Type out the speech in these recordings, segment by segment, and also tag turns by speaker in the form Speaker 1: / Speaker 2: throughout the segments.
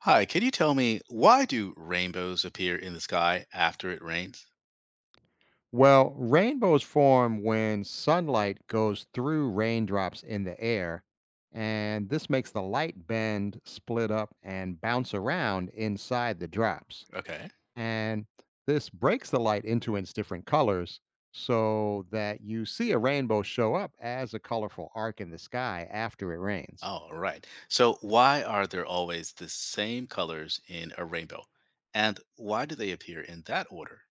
Speaker 1: Hi, can you tell me why do rainbows appear in the sky after it rains?
Speaker 2: Well, rainbows form when sunlight goes through raindrops in the air, and this makes the light bend, split up, and bounce around inside the drops.
Speaker 1: Okay.
Speaker 2: And this breaks the light into its different colors so that you see a rainbow show up as a colorful arc in the sky after it rains.
Speaker 1: All right. So why are there always the same colors in a rainbow? And why do they appear in that order?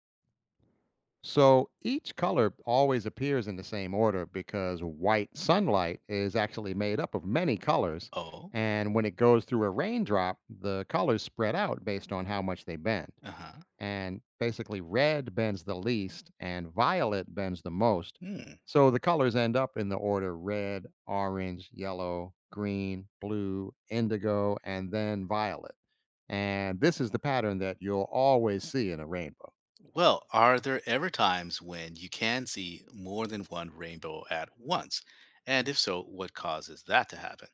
Speaker 2: So each color always appears in the same order because white sunlight is actually made up of many colors.
Speaker 1: Oh,
Speaker 2: And when it goes through a raindrop, the colors spread out based on how much they bend.
Speaker 1: uh-huh.
Speaker 2: And basically, red bends the least and violet bends the most.
Speaker 1: Hmm.
Speaker 2: So the colors end up in the order red, orange, yellow, green, blue, indigo, and then violet. And this is the pattern that you'll always see in a rainbow.
Speaker 1: Well, are there ever times when you can see more than one rainbow at once? And if so, what causes that to happen?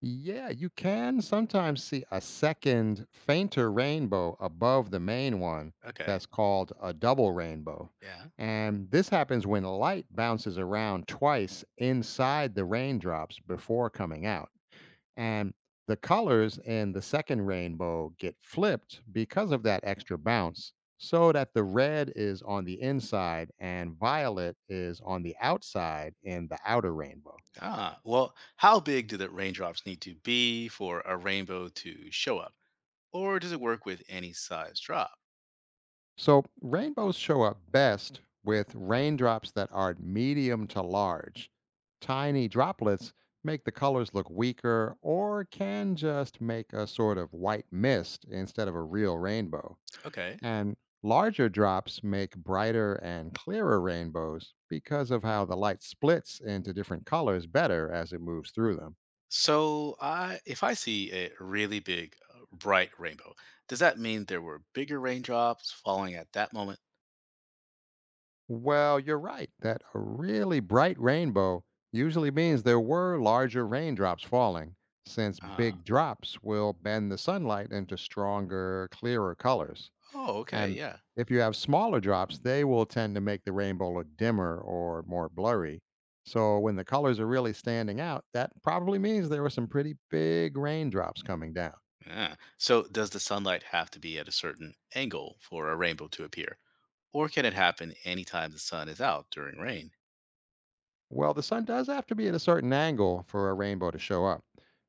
Speaker 2: Yeah, you can sometimes see a second, fainter rainbow above the main one
Speaker 1: Okay.
Speaker 2: that's called a double rainbow.
Speaker 1: Yeah.
Speaker 2: And this happens when light bounces around twice inside the raindrops before coming out. And the colors in the second rainbow get flipped because of that extra bounce, so that the red is on the inside and violet is on the outside in the outer rainbow.
Speaker 1: Ah, well, how big do the raindrops need to be for a rainbow to show up? Or does it work with any size drop?
Speaker 2: So, rainbows show up best with raindrops that are medium to large. Tiny droplets make the colors look weaker or can just make a sort of white mist instead of a real rainbow.
Speaker 1: Okay.
Speaker 2: And larger drops make brighter and clearer rainbows because of how the light splits into different colors better as it moves through them.
Speaker 1: So, I if I see a really big, bright rainbow, does that mean there were bigger raindrops falling at that moment?
Speaker 2: Well, you're right that a really bright rainbow usually means there were larger raindrops falling, since
Speaker 1: Uh,
Speaker 2: big drops will bend the sunlight into stronger, clearer colors.
Speaker 1: oh, okay,
Speaker 2: And
Speaker 1: yeah.
Speaker 2: if you have smaller drops, they will tend to make the rainbow look dimmer or more blurry. So when the colors are really standing out, that probably means there were some pretty big raindrops coming down.
Speaker 1: Yeah. So, does the sunlight have to be at a certain angle for a rainbow to appear, or can it happen anytime the sun is out during rain?
Speaker 2: Well, the sun does have to be at a certain angle for a rainbow to show up.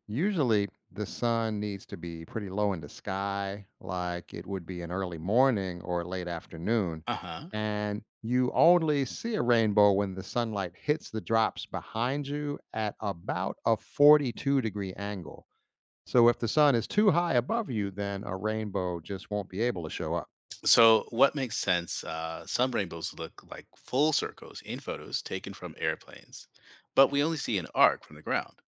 Speaker 2: Usually, the sun needs to be pretty low in the sky, like it would be in early morning or late afternoon.
Speaker 1: Uh huh.
Speaker 2: And you only see a rainbow when the sunlight hits the drops behind you at about a 42-degree angle. So, if the sun is too high above you, then a rainbow just won't be able to show up.
Speaker 1: So, what makes sense? Some rainbows look like full circles in photos taken from airplanes, but we only see an arc from the ground.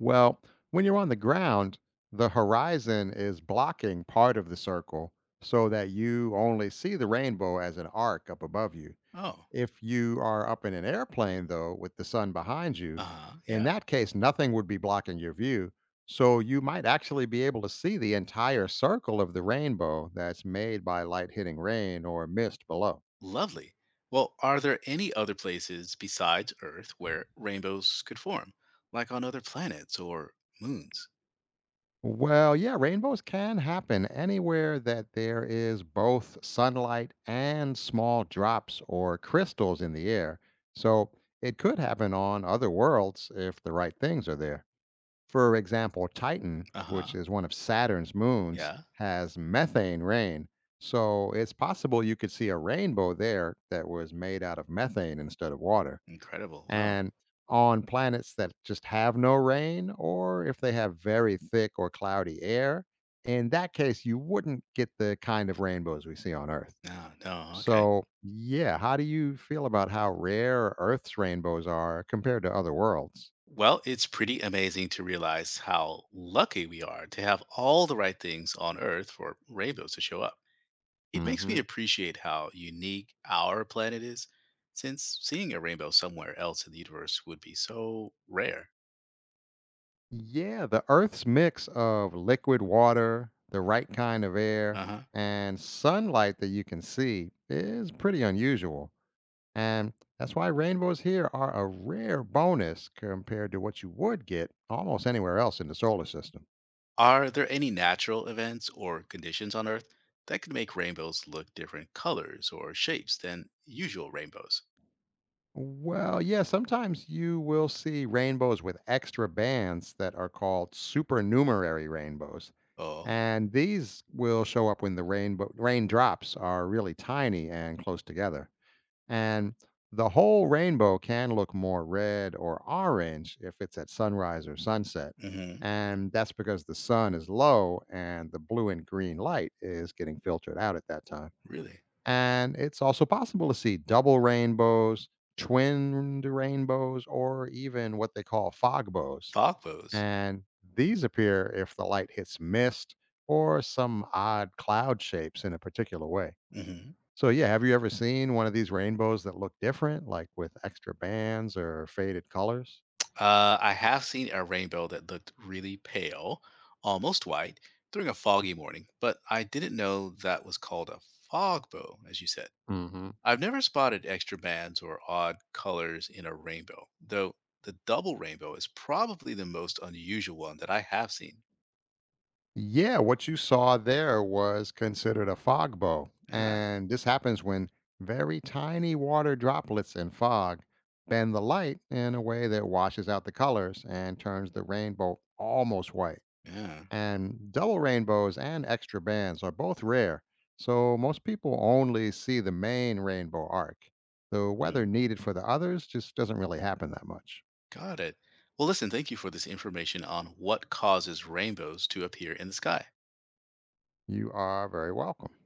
Speaker 2: Well, when you're on the ground, the horizon is blocking part of the circle so that you only see the rainbow as an arc up above you.
Speaker 1: Oh.
Speaker 2: If you are up in an airplane, though, with the sun behind you,
Speaker 1: Uh-huh.
Speaker 2: in
Speaker 1: Yeah.
Speaker 2: that case, nothing would be blocking your view. So you might actually be able to see the entire circle of the rainbow that's made by light hitting rain or mist below.
Speaker 1: Lovely. Well, are there any other places besides Earth where rainbows could form, like on other planets or moons?
Speaker 2: Well, yeah, rainbows can happen anywhere that there is both sunlight and small drops or crystals in the air. So it could happen on other worlds if the right things are there. For example, Titan, which
Speaker 1: Uh-huh.
Speaker 2: is one of Saturn's moons,
Speaker 1: Yeah.
Speaker 2: has methane rain. So it's possible you could see a rainbow there that was made out of methane instead of water.
Speaker 1: Incredible. Wow.
Speaker 2: And on planets that just have no rain, or if they have very thick or cloudy air, in that case, you wouldn't get the kind of rainbows we see on Earth.
Speaker 1: No, no, okay.
Speaker 2: So, yeah, how do you feel about how rare Earth's rainbows are compared to other worlds?
Speaker 1: Well, it's pretty amazing to realize how lucky we are to have all the right things on Earth for rainbows to show up. It makes me
Speaker 2: Hmm.
Speaker 1: appreciate how unique our planet is, since seeing a rainbow somewhere else in the universe would be so rare.
Speaker 2: Yeah, the Earth's mix of liquid water, the right kind of air,
Speaker 1: Uh huh.
Speaker 2: and sunlight that you can see is pretty unusual. And that's why rainbows here are a rare bonus compared to what you would get almost anywhere else in the solar system.
Speaker 1: Are there any natural events or conditions on Earth that could make rainbows look different colors or shapes than usual rainbows?
Speaker 2: Well, yeah, sometimes you will see rainbows with extra bands that are called supernumerary rainbows.
Speaker 1: Oh.
Speaker 2: And these will show up when the rainbow raindrops are really tiny and close together. And the whole rainbow can look more red or orange if it's at sunrise or sunset.
Speaker 1: Hmm.
Speaker 2: And that's because the sun is low and the blue and green light is getting filtered out at that time.
Speaker 1: Really?
Speaker 2: And it's also possible to see double rainbows, twinned rainbows, or even what they call fog bows.
Speaker 1: Fogbows.
Speaker 2: And these appear if the light hits mist or some odd cloud shapes in a particular way.
Speaker 1: Hmm.
Speaker 2: So yeah, have you ever seen one of these rainbows that look different, like with extra bands or faded colors?
Speaker 1: I have seen a rainbow that looked really pale, almost white, during a foggy morning, but I didn't know that was called a fogbow, as you said.
Speaker 2: Hmm.
Speaker 1: I've never spotted extra bands or odd colors in a rainbow, though the double rainbow is probably the most unusual one that I have seen.
Speaker 2: Yeah, what you saw there was considered a fog bow.
Speaker 1: Yeah,
Speaker 2: And this happens when very tiny water droplets in fog bend the light in a way that washes out the colors and turns the rainbow almost white.
Speaker 1: yeah,
Speaker 2: And double rainbows and extra bands are both rare, so most people only see the main rainbow arc. The
Speaker 1: yeah.
Speaker 2: weather needed for the others just doesn't really happen that much.
Speaker 1: Got it. Well, listen, thank you for this information on what causes rainbows to appear in the sky.
Speaker 2: You are very welcome.